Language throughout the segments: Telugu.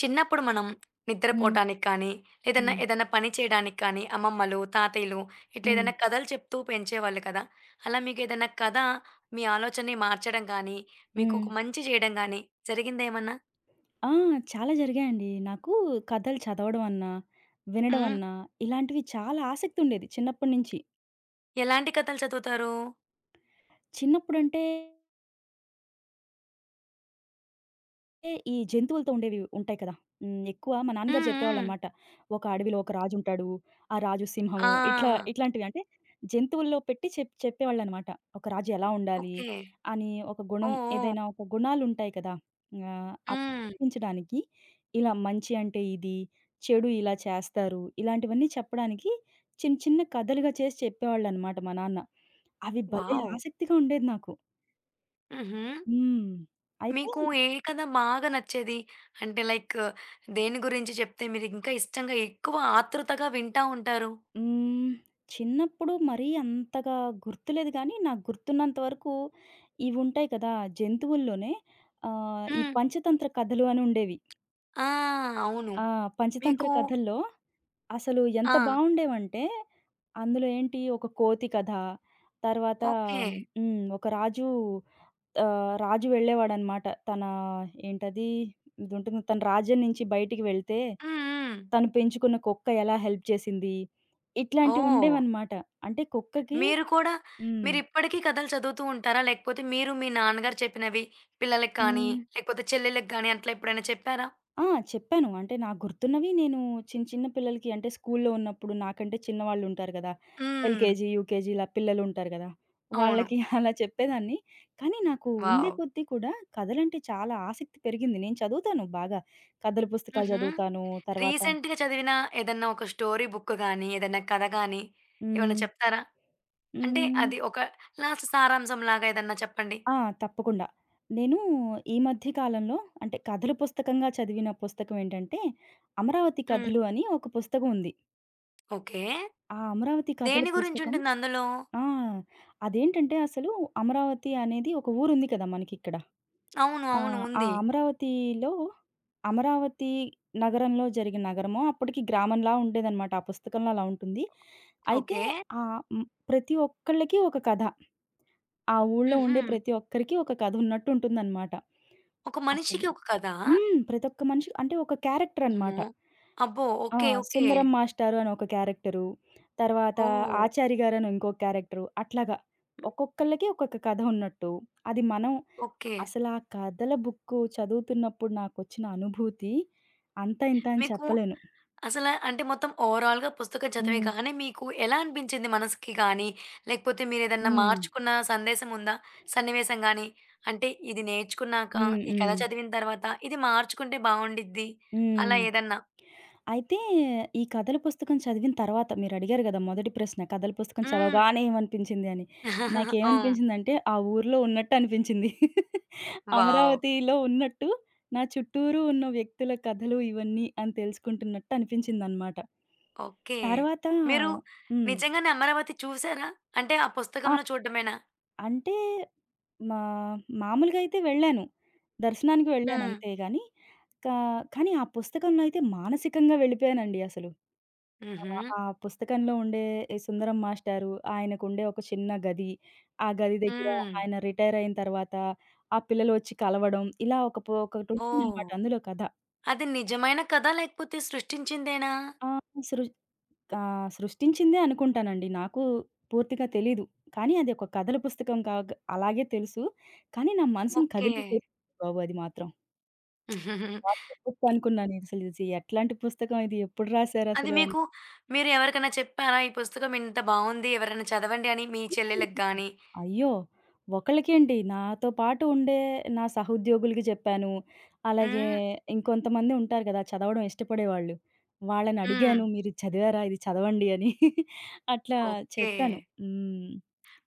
చిన్నప్పుడు మనం హ్మ్. నిద్రపోవటానికి కానీ, లేదన్నా హ్మ్. ఏదన్నా పని చేయడానికి కానీ అమ్మమ్మలు, తాతయ్యలు ఇట్లా హ్మ్. ఏదైనా కథలు చెప్తూ పెంచేవాళ్ళు కదా! అలా మీకేదన్నా కథ మీ ఆలోచనని మార్చడం గానీ, మీకు హ్మ్. ఒక మంచి చేయడం గానీ జరిగిందా ఏమన్నా? ఆ! చాలా జరిగాయండి. నాకు కథలు చదవడం అన్నా, వినడం హ్మ్. అన్నా, ఇలాంటివి చాలా ఆసక్తుండేది చిన్నప్పటి నుంచి. ఎలాంటి కథలు చదువుతారు? చిన్నప్పుడంటే అంటే ఈ జంతువులతో ఉండేవి ఉంటాయి కదా! హ్మ్. ఎక్కువ మా నాన్నగారు హ్మ్. హ్మ్. చెప్పేవాళ్ళనమాట. ఒక అడవిలో ఒక రాజుంటాడు. ఆ రాజు సింహము ఇట్లా ఆ! ఇట్లాంటివి అంటే జంతువుల్లో పెట్టి చెప్పేవాళ్ళనమాట. ఒక రాజు ఎలా ఉండాలి ఓకే. అని ఒక గుణం ఓహ్! ఓహ్! ఏదైనా ఒక గుణాలుంటాయి కదా! అవి హ్మ్. చూపించడానికి ఇలా మంచి అంటే ఇది, చెడు ఇలా చేస్తారు. ఇలాంటివన్నీ చెప్పడానికి చిన్న చిన్న కథలుగా చేసి చెప్పేవాళ్ళనమాట మా నాన్న. అవి భలే వావ్! ఆసక్తిగా ఉండేది నాకు. హుహు. హ్మ్. అయితే మీకు ఏ కథ బాగా నచ్చేది? అంటే లైక్ దేని గురించి చెప్తే మీరింకా ఇష్టంగా ఎక్కువ ఆతృతగా వింటా ఉంటారు? హ్మ్. చిన్నప్పుడు మరీ అంతగా గుర్తులేదు గానీ, నాకు గుర్తున్నంత వరకు ఇవుంటాయి కదా! జంతువుల్లోనే ఈ హ్మ్. పంచతంత్ర కథలు అని ఉండేవి. ఆ! అవును. ఆ! పంచతంత్ర మీకు కథల్లో అసలు ఎంత ఆ! బావుండేవంటే, అందులో ఏంటి ఒక కోతి కథ, తర్వాత ఓకే. హ్మ్. రాజు వెళ్ళేవాడనమాట. తన ఏంటది ఇదుంటుంది. తన రాజ్యం నుంచి బయటికి వెళ్తే, హ్మ్. హ్మ్. తను పెంచుకున్న కుక్క ఎలా హెల్ప్ చేసింది. ఇట్లాంటివి ఓహ్! ఉండేవనమాట. అంటే కుక్కకి మీరు కూడా హ్మ్. మీరిప్పటికీ కథలు చదువుతూ ఉంటారా? లేకపోతే మీరు మీ నాన్నగారు చెప్పినవి పిల్లలకి కానీ, హ్మ్. లేకపోతే చెల్లెళ్ళకి గానీ అట్లా ఎప్పుడైనా చెప్పారా? ఆ! చెప్పాను. అంటే నాకు గుర్తున్నవి నేను చిన్న చిన్న పిల్లలకి అంటే స్కూల్లో ఉన్నప్పుడు నాకంటే చిన్నవాళ్ళుంటారు గదా! హ్మ్. ఎల్‌కేజీ, యూకేజీ ఇలా పిల్లలుంటారు గదా! అవును. వాళ్ళకి అలా చెప్పేదాన్ని. కానీ నాకు ఉండే వావ్! కొద్దీ కూడా కథలంటే చాలా ఆసక్తి పెరిగింది. నేను చదువుతాను బాగా. కథల పుస్తకాలు హుహు. చదువుతాను. తర్వాత రీసెంట్‌గా చదివిన ఏదన్నా ఒక స్టోరీ బుక్ గానీ, ఏదన్నా కథ గానీ ఏమన్నా హ్మ్. చెప్తారా? అంటే హ్మ్. అది ఒక లాస్ట్ సారాంశంలాగా ఏదన్నా చెప్పండి. ఆ! తప్పకుండా. నేను ఈ మధ్య కాలంలో అంటే కథల పుస్తకంగా చదివిన పుస్తకం ఏంటంటే 'అమరావతి హ్మ్. కథలు' అని ఒక పుస్తకం ఉంది. ఓకే. ఆ 'అమరావతి కథల దేని పుస్తకం' గురించుంటుంది అందులో? ఆ! అదేంటంటే అసలు అమరావతి అనేది ఒక ఊరుంది కదా! మనకిక్కడ. అవును. ఆ! అవును. ఆ ఉంది. అమరావతిలో అమరావతి నగరంలో జరిగిన నగరమో అప్పటికి గ్రామంలా ఉండేదనమాట. ఆ పుస్తకంలో అలా ఉంటుంది. అయితే ఓకే. ప్రతి ఒక్కళ్ళకి ఒక కథ. ఆ ఊళ్ళో హుహు. ఉండే ప్రతి ఒక్కరికి ఒక కథ ఉన్నట్టు ఉంటుందనమాట. ఒక అసలు మనిషికి ఒక కథా? హ్మ్. ప్రతి ఒక్క మనిషి అంటే ఒక క్యారెక్టర్ అమ్మో! అనమాట. అబ్బో! ఆ! ఓకే. ఓకే. సుందరం మాస్టారు అని ఒక క్యారెక్టరు. తర్వాత ఓహ్! ఆచారి గారని ఇంకో క్యారెక్టరు. అట్లాగా ఒక్కొక్కళ్ళకి ఒక్కొక్క కథ ఉన్నట్టు. అది మనం ఓకే. అసలా కథల బుక్కు చదువుతున్నప్పుడు నాకొచ్చిన అనుభూతి అంత ఇంత అని మీకు చెప్పలేను. అసల అంటే మొత్తం ఓవరాల్‌గా పుస్తకం చదివే హ్మ్. గానే మీకు ఎలా అనిపించింది మనసుకి గానీ, లేకపోతే మీరేదన్నా హ్మ్. మార్చుకున్న సందేశం ఉందా? సన్నివేశం గానీ, అంటే ఇది నేర్చుకున్నాక, హ్మ్. ఈ కథ హ్మ్. చదివిన తర్వాత ఇది మార్చుకుంటే బావుండిద్ది హ్మ్. అలా ఏదన్నా? అయితే ఈ కథల పుస్తకం చదివిన తర్వాత మీరడిగారు గదా! మొదటి ప్రశ్న కథల పుస్తకం హ్మ్. చదవగానే ఏమనిపించింది అని. అవును. నాకేమనిపించిందంటే ఆ ఊర్లో ఉన్నట్టు అనిపించింది. వావ్! అమరావతిలో ఉన్నట్టు నా చుట్టూరు ఉన్న వ్యక్తుల కథలు ఇవన్నీ అని తెలుసుకుంటున్నట్టు అనిపించిందనమాట. ఓకే. తర్వాత మీరు హ్మ్. నిజంగానే అమరావతి చూసారా? అంటే ఆ ఆ! పుస్తకంలో చూడడమేనా? అంటే మా మామూలుగా అయితే వెళ్ళాను. దర్శనానికి వెళ్ళాను హ్మ్. అంతే గాని, కా కానీ ఆ పుస్తకంలో అయితే మానసికంగా వెళ్ళిపోయానండి అసలు. ఆ! హుహు. ఆ పుస్తకంలో ఉండే ఈ సుందరం మాస్టారు, ఆయనకుండే ఒక చిన్న గది, ఆ గది దగ్గర హ్మ్. ఆయన రిటైర్ అయిన తర్వాత, ఆ పిల్లలు వచ్చి కలవడం, ఇలా ఒక పో ఓహ్! ఒకటుంటుందనమాట అందులో కథ. అది నిజమైన కథా? లేకపోతే సృష్టించిందేనా? ఆ! సృ సృష్టించిందే అనుకుంటానండి. నాకు పూర్తిగా తెలీదు. కానీ అది ఒక కథల పుస్తకం అలాగే తెలుసు. కానీ నా మనసుని ఓకే. కదిలించేసింది బాబు అది మాత్రం. వావ్! ఎప్పుడు ఇ అనుకున్నాను అసలిది ఎట్లాంటి పుస్తకం ఇది? ఎప్పుడు అది రాసారసలు అని. మీకు మీరు ఎవరికైనా చెప్పారా? ఈ పుస్తకం ఇంత బావుంది. ఎవరైనా చదవండి అని మీ చెల్లెలకి గాని? అయ్యో! ఒకళ్ళకేంటి నాతో పాటు ఉండే నా సహోద్యోగులకి చెప్పాను. అలాగే హ్మ్. ఇంకొంతమంది ఉంటారు కదా! చదవడం ఇష్టపడేవాళ్ళు. వాళ్ళని హ్మ్. అడిగాను మీరు ఇది చదివారా? ఇది చదవండి అని. అట్లా ఓకే. చెప్పాను. హ్మ్.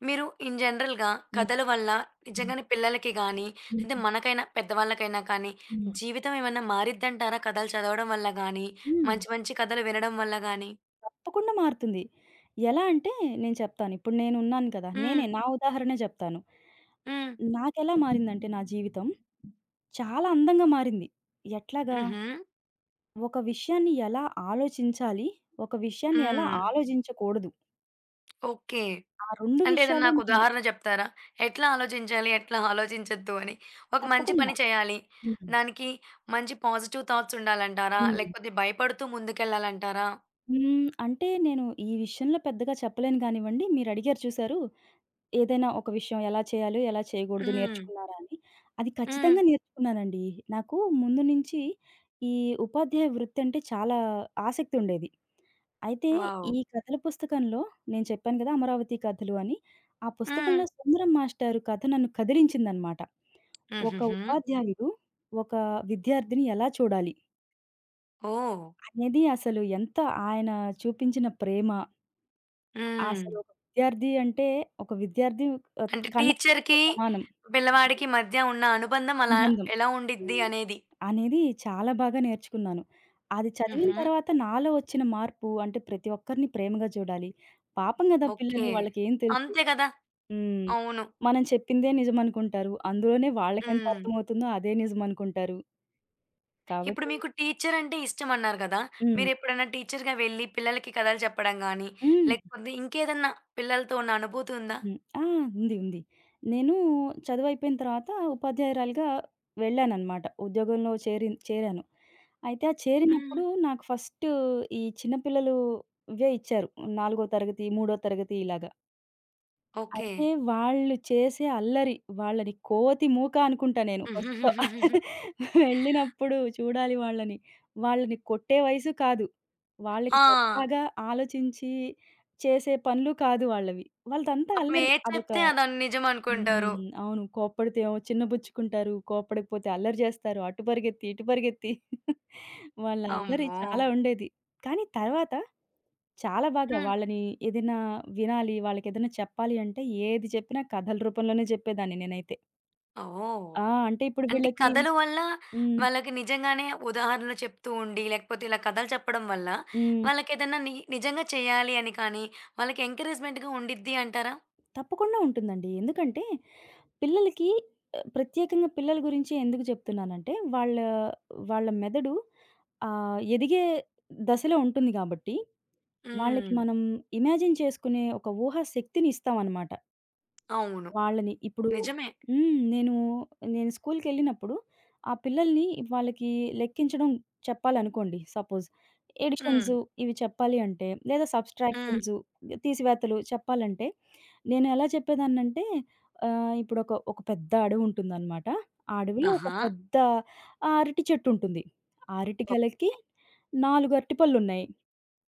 మీరు ఇన్ జనరల్‌గా హ్మ్. కథల వల్ల హ్మ్. నిజంగానే పిల్లలకి గానీ, లేతే హ్మ్. మనకైనా పెద్దవాళ్ళకైనా కానీ, హ్మ్. జీవితం ఏమన్నా మారిద్దంటారా కథలు చదవడం వల్ల గానీ, హ్మ్. మంచి మంచి కథలు వినడం వల్ల గానీ? తప్పకుండా మారుతుంది. ఎలా అంటే నేను చెప్తాను. ఇప్పుడు నేనున్నాను కదా! నేనే హ్మ్. నా ఉదాహరణే చెప్తాను. హ్మ్. నాకెలా మారిందంటే నా జీవితం చాలా అందంగా మారింది. ఎట్లాగా? హుహు. ఒక విషయాన్ని ఎలా ఆలోచించాలి? ఒక విషయాన్ని ఎలా హ్మ్. ఆలోచించకూడదు? ఓకే. ఆ 2 అంటే ఏదన్నా విషయాలు నాకు నేను ఉదాహరణ జెప్తారా? ఎట్లా ఆలోచించాలి? ఎట్లా ఆలోచించొద్దు అని? ఒక మంచి తప్పకుండా. పని చేయాలి. హ్మ్. దానికి మంచి పాజిటివ్ థాట్స్ ఉండాలంటారా? హ్మ్. లేకపోతే భయపడుతూ ముందుకెళ్ళాలంటారా? హ్మ్. అంటే నేను ఈ విషయంలో పెద్దగా చెప్పలేను గానివ్వండి. మీరడిగారు చూసారు ఏదైనా ఒక విషయం ఎలా చేయాలో, ఎలా చేయకూడదు హ్మ్. నేర్చుకున్నారా అని? అది హ్మ్. ఖచ్చితంగా నేర్చుకున్నానండి. నాకు ముందు నుంచి ఈ ఉపాధ్యాయ వృత్తంటే చాలా ఆసక్తుండేది. అయితే వావ్! ఈ కథల పుస్తకంలో నేను చెప్పాను కదా! 'అమరావతి కథలు' అని. ఆ హ్మ్. పుస్తకంలో సుందరం మాస్టారు కథ నన్ను కదిలించిందనమాట. ఒక హుహుహు. ఉపాధ్యాయుడు ఒక విద్యార్థిని ఎలా చూడాలి? ఓహ్! అనేది అసలు ఎంత ఆయన చూపించిన ప్రేమ, హ్మ్. అసలు ఒక విద్యార్థి అంటే ఒక విద్యార్థి అంటే కన్న టీచర్‌కి, సమానం. పిల్లవాడికి మధ్య ఉన్న అనుబంధం అలా అనుబంధం. ఎలా ఉండిద్ది హ్మ్. అనేది. అనేది చాలా బాగా నేర్చుకున్నాను. అది చదివిన హుహు. తర్వాత నాలో వచ్చిన మార్పు అంటే ప్రతి ఒక్కరిని ప్రేమగా చూడాలి. పాపం గదా! పిల్లలు ఓకే. వాళ్ళకేం తెలుసు. అంతే కదా! హ్మ్. అవును. మనం చెప్పిందే నిజమనుకుంటారు. అందులోనే వాళ్ళకెంత హ్మ్. అర్థమవుతుందో అదే నిజమనుకుంటారు. ఇప్పుడు కాబట్టి మీకు టీచర్ అంటే ఇష్టమన్నారు కదా! హ్మ్. మీరెప్పుడైనా టీచర్‌గా వెళ్లి పిల్లలకి కథలు చెప్పడం గాని, హ్మ్. లేకపోతే ఇంకేదన్నా పిల్లలతో ఉన్న అనుభూతి ఉందా? హ్మ్. ఆ! ఉంది. ఉంది. నేను చదువయిపోయిన తర్వాత ఉపాధ్యాయురాలుగా వెళ్ళాననమాట. ఉద్యోగంలో చేరాను. అయితే ఆ హ్మ్. చేరినప్పుడు నాకు ఫస్ట్ ఈ చిన్న పిల్లలు ఇవే ఇచ్చారు. నాలుగో తరగతి, మూడో తరగతి ఇలాగా. ఓకే. అయితే వాళ్ళు చేసే అల్లరి, వాళ్ళని కోతి మూక అనుకుంటా నేను ఫస్ట్‌లో. ఉహుహుహుహుహు. వెళ్ళినప్పుడు చూడాలి వాళ్ళని. వాళ్ళని కొట్టే వయసు కాదు. వాళ్ళకి ఆ! సరదాగా ఆలోచించి చేసే పనులు కాదు వాళ్ళవి. వాళ్ళదంతా పాపం అల్లరి. ఏది అదొక చెప్తే అది నిజం అనుకుంటారు. హ్మ్. అవును. కోప్పడితే ఏమో చిన్నబుచ్చుకుంటారు. కోప్పడకపోతే అల్లరి జేస్తారు. అటు పరిగెత్తి, ఇటు పరిగెత్తి వాళ్ళ అల్లరి అమ్మో! చాలా ఉండేది. కానీ తర్వాత చాలా బాగా హ్మ్. వాళ్ళని ఏదైనా వినాలి, వాళ్ళకేదైనా చెప్పాలి అంటే ఏది చెప్పినా కథల రూపంలోనే జెప్పేదాన్ని నేనైతే. ఓహ్! ఆ! అంటే ఇప్పుడు అంటే వీళ్ళకి కథల వల్ల హ్మ్. వాళ్ళకి నిజంగానే ఉదాహరణలు చెప్తూ ఉండి, లేకపోతే ఇలా కథలు చెప్పడం వల్ల హ్మ్. వాళ్ళకేదన్నా ని నిజంగా చేయాలి అని కానీ, వాళ్ళకి ఎంకరేజ్‌మెంట్‌గా ఉండిద్ది అంటారా? తప్పకుండా ఉంటుందండి. ఎందుకంటే పిల్లలకి ప్రత్యేకంగా పిల్లల గురించి ఎందుకు జెప్తున్నానంటే వాళ్ళ మెదడు ఎదిగే దశలో ఉంటుంది గాబట్టి వాళ్ళకి హ్మ్. మనం ఇమాజిన్ చేసుకునే ఒక ఊహా శక్తిని ఇస్తామనమాట. అవును. వాళ్ళని ఇప్పుడు నిజమే. హ్మ్. నేను స్కూలుకెళ్ళినప్పుడు ఆ పిల్లల్ని వాళ్ళకి లెక్కించడం చెప్పాలనుకోండి సపోజ్. ఎడిషన్స్ హ్మ్. ఇవి చెప్పాలి అంటే, లేదా హ్మ్. సబ్‌స్ట్రాక్షన్స్ తీసివేతలు చెప్పాలంటే, నేను ఎలా చెప్పేదాన్నంటే ఇప్పుడొక ఒక ఒక పెద్ద అడవుంటుందనమాట. ఆ అడవిలో ఒక ఆహా! పెద్ద అరటి చెట్టుంటుంది. ఆ అరటి ఓహ్! గెలకి 4 అరటిపళ్ళున్నాయి.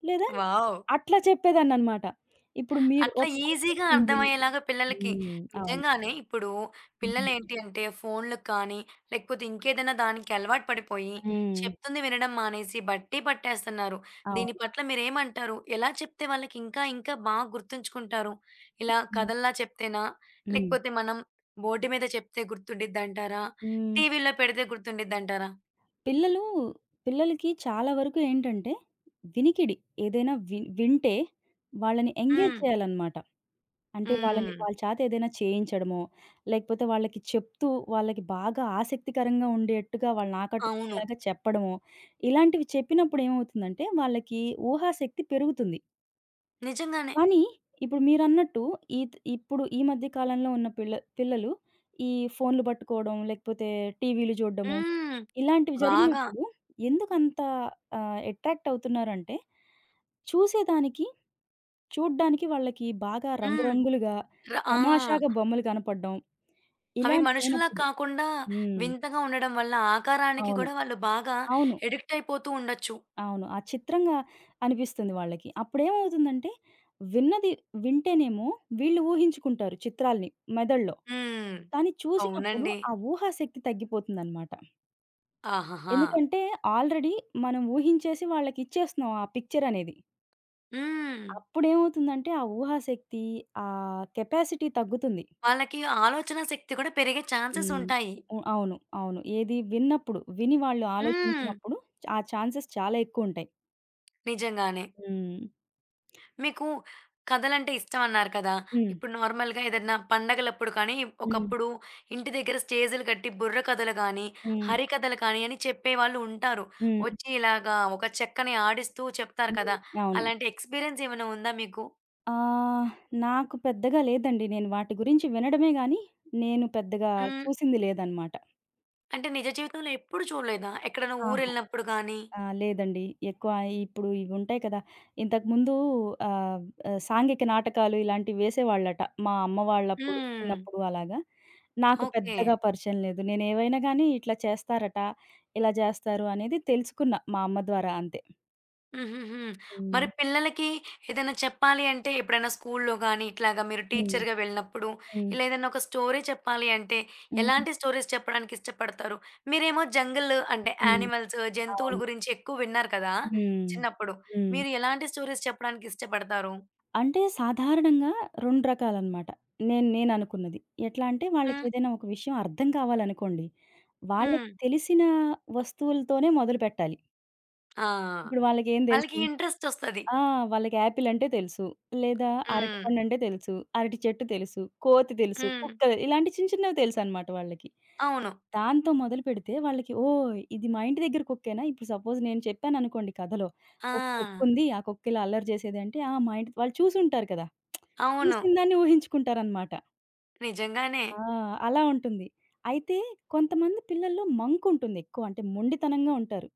లేదా వావ్! అట్లా చెప్పేదాన్ననమాట. ఇప్పుడు మీరు అట్లా ఒక ఈజీగా కొమ్మొచ్చింది అర్థమయ్యేలాగా పిల్లలకి హ్మ్. అవును. నిజంగానే ఇప్పుడు హ్మ్. పిల్లలేంటి అంటే ఫోన్‌లకు కానీ, లేకపోతే ఇంకేదైనా దానికి అలవాటు పడిపోయి, హ్మ్. చెప్తుంది వినడం మానేసి బట్టి పట్టేస్తున్నారు. దీని అవును. పట్ల మీరేమంటారు? ఎలా చెప్తే వాళ్ళకి ఇంకా ఇంకా బాగా గుర్తుంచుకుంటారు? ఇలా హ్మ్. కథల్లా చెప్తేనా? హ్మ్. లేకపోతే మనం బోర్డు మీద చెప్తే గుర్తుండిద్దంటారా? హ్మ్. టీవీలో పెడితే గుర్తుండిద్దంటారా? పిల్లలు పిల్లలకి చాలా వరకు ఏంటంటే, వినికిడి ఏదైనా వింటే వాళ్ళని ఎంగేజ్ హ్మ్. చేయాలనమాట. అంటే వాళ్ళని హ్మ్. వాళ్ళ చేత ఏదైనా చేయించడమో, లేకపోతే వాళ్ళకి చెప్తూ వాళ్ళకి బాగా ఆసక్తికరంగా ఉండేట్టుగా వాళ్ళని అవును. ఆకట్టుకునేలాగా చెప్పడమో, ఇలాంటివి చెప్పినప్పుడు ఏమవుతుందంటే వాళ్ళకి ఊహాశక్తి పెరుగుతుంది. నిజంగానే. కానీ ఇప్పుడు మీరన్నట్టు ఇప్పుడు ఈ మధ్య కాలంలో ఉన్న పిల్లలు ఈ ఫోన్‌లు పట్టుకోవడం, లేకపోతే టీవీలు చూడడము, హ్మ్. ఇలాంటివి బాగా. జరిగినప్పుడు ఎందుకంత అట్రాక్ట్ అవుతున్నారంటే, చూసేదానికి, చూడ్డానికి వాళ్ళకి బాగా హ్మ్. రంగురంగులుగా, ఆ! తమాషాగా బొమ్మలు కనపడడం, అవి మనుషుల్లా ఇలాంటివైనప్పుడు కాకుండా హ్మ్. వింతగా ఉండడం వల్ల ఆకారానికి అవును. గూడా వాళ్ళు బాగా అవును. అడిక్ట్ అయిపోతూ ఉండొచ్చు. అవును. ఆ చిత్రంగా అనిపిస్తుంది వాళ్ళకి. అప్పుడేమవుతుందంటే, విన్నది వింటేనేమో వీళ్ళు ఊహించుకుంటారు చిత్రాల్ని మెదడులో. హ్మ్. కానీ చూసినప్పుడు అవునండి. ఆ ఊహాశక్తి తగ్గిపోతుందనమాట. ఆహాహా! ఎందుకంటే, ఆల్రెడీ మనం ఊహించేసి వాళ్ళకిచ్చేస్తున్నాం ఆ పిక్చరనేది. హ్మ్. అప్పుడేమవుతుందంటే, ఆ ఊహాశక్తి, ఆ కెపాసిటీ తగ్గుతుంది. వాళ్ళకి ఆలోచనా శక్తి కూడా పెరిగే ఛాన్సెస్ హ్మ్. ఉంటాయి. అవును. అవును. ఏది విన్నప్పుడు, విని వాళ్ళు హ్మ్. ఆలోచించినప్పుడు ఆ ఛాన్సెస్ చాలా ఎక్కువుంటాయి. నిజంగానే. హ్మ్. మీకు కథలంటే ఇష్టమన్నారు కదా! హ్మ్. ఇప్పుడు నార్మల్‌గా ఏదన్నా పండగలప్పుడు కానీ, హ్మ్. ఒకప్పుడు ఇంటి దగ్గర స్టేజులు కట్టి బుర్ర కథలు గానీ, హ్మ్. హరికథలు కానీ అని చెప్పేవాళ్ళు ఉంటారు. హ్మ్. వచ్చి ఇలాగా ఒక చెక్కని ఆడిస్తూ చెప్తారు హ్మ్. కదా! అవును. అలాంటి ఎక్స్‌పీరియన్స్ ఏమైనా ఉందా మీకు? ఆహ్, నాకు పెద్దగా లేదండి. నేను వాటి గురించి వినడమే గానీ, నేను పెద్దగా హ్మ్. చూసింది లేదనమాట. అంటే నిజ జీవితంలో ఎప్పుడు చూడలేదా? ఎక్కడైనా ఆహా! ఊరెళ్ళినప్పుడు గానీ ఆ! లేదండి. ఎక్కువ ఇప్పుడు ఇవుంటాయి కదా! ఇంతకుముందు ఆహ్, ఆహ్, సాంఘిక నాటకాలు ఇలాంటివి వేసేవాళ్ళట. మా అమ్మ వాళ్ళప్పుడు హ్మ్. చిన్నప్పుడు అలాగా. నాకు ఓకే. పెద్దగా పరిచయం లేదు. నేనేవైనా గానీ ఇట్లా చేస్తారట, ఇలా జేస్తారు అనేది తెలుసుకున్నా మా అమ్మ ద్వారా అంతే. హుహుహు. హ్మ్. మరి పిల్లలకి ఏదైనా చెప్పాలి అంటే ఎప్పుడైనా స్కూల్‌లో గాని, ఇట్లాగా మీరు హ్మ్. టీచర్‌గా వెళ్ళినప్పుడు, హ్మ్. ఇలా ఏదైనా ఒక స్టోరీ చెప్పాలి అంటే, హ్మ్. ఎలాంటి స్టోరీస్ చెప్పడానికి ఇష్టపడతారు? మీరేమో జంగిల్ అంటే హ్మ్. యానిమల్స్, జంతువుల అవును. గురించి ఎక్కువ విన్నారు కదా! హ్మ్. చిన్నప్పుడు. హ్మ్. మీరు ఎలాంటి స్టోరీస్ చెప్పడానికి ఇష్టపడతారు? అంటే సాధారణంగా 2 రకాలనమాట. నేననుకున్నది. ఎట్లా అంటే హ్మ్. వాళ్ళకేదైనా ఒక విషయం అర్థం కావాలనుకోండి, వాళ్ళకి హ్మ్. తెలిసిన వస్తువులతోనే మొదలుపెట్టాలి. ఆ! ఇప్పుడు వాళ్ళకేం వాళ్ళకి తెలుసు? ఇంట్రెస్ట్ ఒస్తది. ఆ! వాళ్ళకి యాపిల్ అంటే తెలుసు. లేదా హ్మ్. అరటిపండంటే తెలుసు. అరటి చెట్టు తెలుసు. కోతి తెలుసు. హ్మ్. కుక్క ఇలాంటి చిన్న చిన్నవి తెలుసనమాట వాళ్ళకి. అవును. దాంతో మొదలుపెడితే వాళ్ళకి ఓహ్! ఇది మా ఇంటి దగ్గర కుక్కేనా? ఇప్పుడు సపోజ్ నేను చెప్పాననుకోండి కథలో. ఒక ఆ! కుక్కుంది. ఆ కుక్క ఇలా అల్లరి చేసేదంటే ఆ! మా ఇంటి వాళ్ళు చూసుంటారు కదా! అవును. చూసిన దాన్ని ఊహించుకుంటారనమాట. నిజంగానే. ఆ! అలా ఉంటుంది. అయితే కొంతమంది పిల్లల్లో మంకుంటుంది ఎక్కువ. అంటే మొండితనంగా ఉంటారు.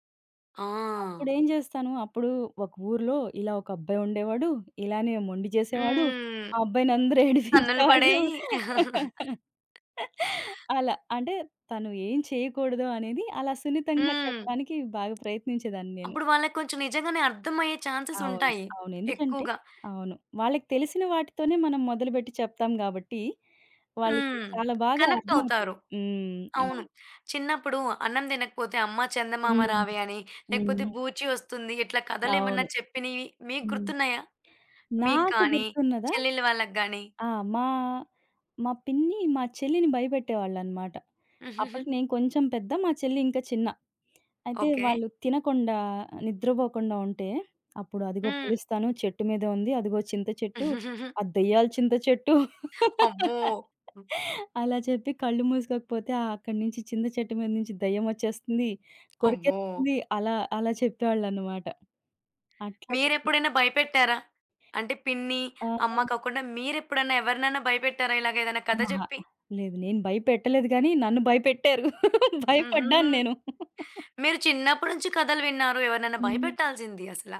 ఆ! అప్పుడేం జేస్తాను, అప్పుడు ఒక ఊర్లో ఇలా ఒక అబ్బాయి ఉండేవాడు. ఇలానే మొండి చేసేవాడు. హ్మ్. ఆ అబ్బాయినందరూ కన్నులు ఏడిపించేవాళ్ళు. పడేయి. అలా. అంటే తను ఏం చేయకూడదు అనేది అలా సున్నితంగా హ్మ్. చెప్పడానికి బాగా ప్రయత్నించేదాన్ని నేను. అప్పుడు వాళ్ళకి కొంచెం నిజంగానే అర్థమయ్యే ఛాన్సెస్ అవును. ఉంటాయి అవును. ఎందుకంటే ఎక్కువగా. అవును. వాళ్ళకి తెలిసిన వాటితోనే మనం మొదలుపెట్టి చెప్తాం గాబట్టి, వాళ్ళకి హ్మ్. చాలా బాగా కనెక్ట్ అర్థమవుతుంది. అవుతారు. హ్మ్. అవును. అవును. చిన్నప్పుడు అన్నం తినకపోతే "అమ్మ చందమామ హ్మ్. రావే" అని, లేకపోతే హ్మ్. "బూచి వస్తుంది" ఇట్లా కథలేమన్నా అవును. చెప్పినవి మీకు హ్మ్. గుర్తున్నాయా? మీకు నాకు కానీ, గుర్తున్నదా చెల్లెళ్ళ వాళ్ళకి గాని? ఆ! మా మా పిన్ని, మా చెల్లిని భయపెట్టేవాళ్ళనమాట. అప్పటికి నేను కొంచెం పెద్ద, మా చెల్లి ఇంకా చిన్న. అయితే ఓకే. వాళ్ళు తినకుండా, నిద్రపోకుండా ఉంటే, అప్పుడు అదిగో హ్మ్. పిలుస్తాను చెట్టు మీద ఉంది, అదిగో చింత చెట్టు, ఆ దెయ్యాల చింత చెట్టు అమ్మో! అలా చెప్పి కళ్ళు మూసుకోకపోతే అక్కడి నుంచి చింత చెట్టు మీద నుంచి దెయ్యం వచ్చేస్తుంది, అమ్మో! కొరికేస్తుంది అలా అలా చెప్పేవాళ్ళనమాట. అట్లా చెప్పి మీరెప్పుడైనా భయపెట్టారా? అంటే పిన్ని, ఆ! అమ్మ కాకుండా మీరెప్పుడన్నా ఎవరినైనా భయపెట్టారా ఇలాగ ఏదైనా కథ ఆహా! చెప్పి? లేదు. నేను భయపెట్టలేదు గానీ, నన్ను భయపెట్టారు. భయపడ్డాను హుహుహు. నేను. మీరు చిన్నప్పటి నుంచి కథలు విన్నారు. ఎవరినైనా హ్మ్. భయపెట్టాల్సింది అసల.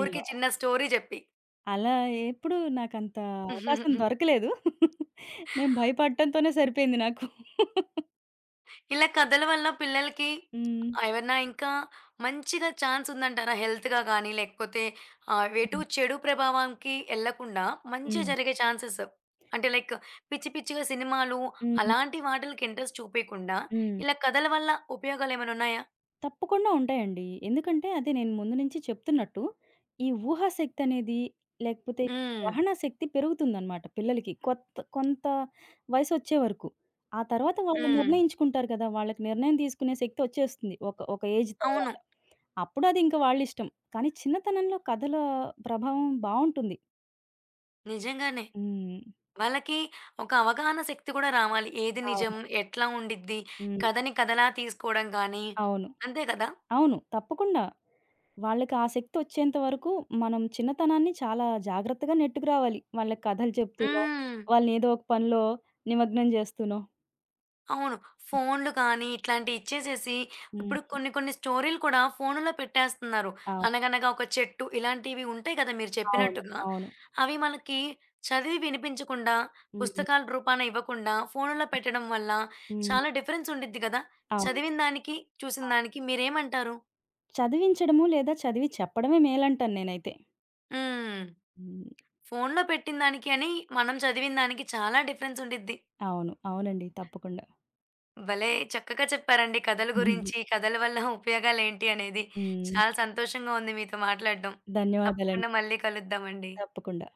ఊరికే చిన్న స్టోరీ జెప్పి. అలా ఎప్పుడు నాకంత అవకాశం దొరకలేదు. నేను భయపడటంతోనే సరిపోయింది నాకు. ఇలా కథల వల్ల పిల్లలకి హ్మ్. ఏవన్నా ఇంకా మంచిగా ఛాన్స్ ఉందంటారా? హెల్త్‌గా గానీ, లేకపోతే ఎటు హ్మ్. చెడు ప్రభావంకి ఎళ్ళకుండా మంచి హ్మ్. జరిగే ఛాన్సెస్. అంటే లైక్ పిచ్చి పిచ్చిగా సినిమాలు హ్మ్. అలాంటి వాటిలకి ఇంట్రెస్ట్ చూపియకుండా హ్మ్. ఇలా కథల వల్ల ఉపయోగాలేమైనా ఉన్నాయా? తప్పకుండా ఉంటాయండి. ఎందుకంటే అదే నేను ముందు నుంచి చెప్తున్నట్టు, ఈ ఊహాశక్తి అనేది లేకపోతే హ్మ్. గ్రహణ శక్తి పెరుగుతుందనమాట పిల్లలకి. కొత్త కొంత వయసొచ్చే వరకు. ఆ తర్వాత వాళ్ళు హ్మ్. నిర్ణయించుకుంటారు కదా! వాళ్ళకి నిర్ణయం తీసుకునే శక్తి వచ్చేస్తుంది. ఒక ఒక ఏజ్ అవును. తర్వాత. అప్పుడు అది ఇంక వాళ్ళిష్టం. కానీ చిన్నతనంలో కథల ప్రభావం బావుంటుంది. నిజంగానే. హ్మ్. వాళ్ళకి ఒక అవగాహన శక్తి కూడా రావాలి. ఏది నిజం? అవును. ఎట్లా ఉండిద్ది? హ్మ్. కథని కథలా తీసుకోవడం కానీ అవును. అంతే కదా! అవును. తప్పకుండా. వాళ్ళకి ఆ శక్తి వచ్చేంత వరకు మనం చిన్నతనాన్ని చాలా జాగ్రత్తగా నెట్టుకురావాలి. వాళ్ళకి కథలు చెప్తూనో, హ్మ్. వాళ్ళని ఏదో ఒక పనిలో నిమగ్నం చేస్తూనో. అవును. ఫోన్‌లు కానీ ఇట్లాంటివి ఇచ్చేసేసి హ్మ్. ఇప్పుడు కొన్ని కొన్ని స్టోరీలు కూడా ఫోనులో పెట్టేస్తున్నారు. అవు అనగనగా ఒక చెట్టు ఇలాంటివి ఉంటాయి కదా! మీరు అవును. చెప్పినట్టుగా. అవును. అవి మనకి చదివి వినిపించకుండా, హ్మ్. పుస్తకాల రూపాన ఇవ్వకుండా ఫోనులో పెట్టడం వల్ల హ్మ్. చాలా డిఫరెన్స్ ఉండిద్ది కదా! అవును. చదివిన దానికి, చూసిన అవును. దానికి మీరేమంటారు? చదివించడము లేదా చదివి చెప్పడమే మేలంటాను నేనైతే. హ్మ్. హ్మ్. ఫోన్‌లో పెట్టిన దానికి అని, మనం చదివిన దానికి చాలా డిఫరెన్స్ ఉండిద్ది. అవును. అవునండి. తప్పకుండా. భలే చక్కగా చెప్పారండి కథల గురించి, కథల వల్ల ఉపయోగాలేంటి అనేది. హ్మ్. చాలా సంతోషంగా ఉంది మీతో మాట్లాడడం. ధన్యవాదాలండి. తప్పకుండా మళ్ళీ కలుద్దామండి. తప్పకుండా.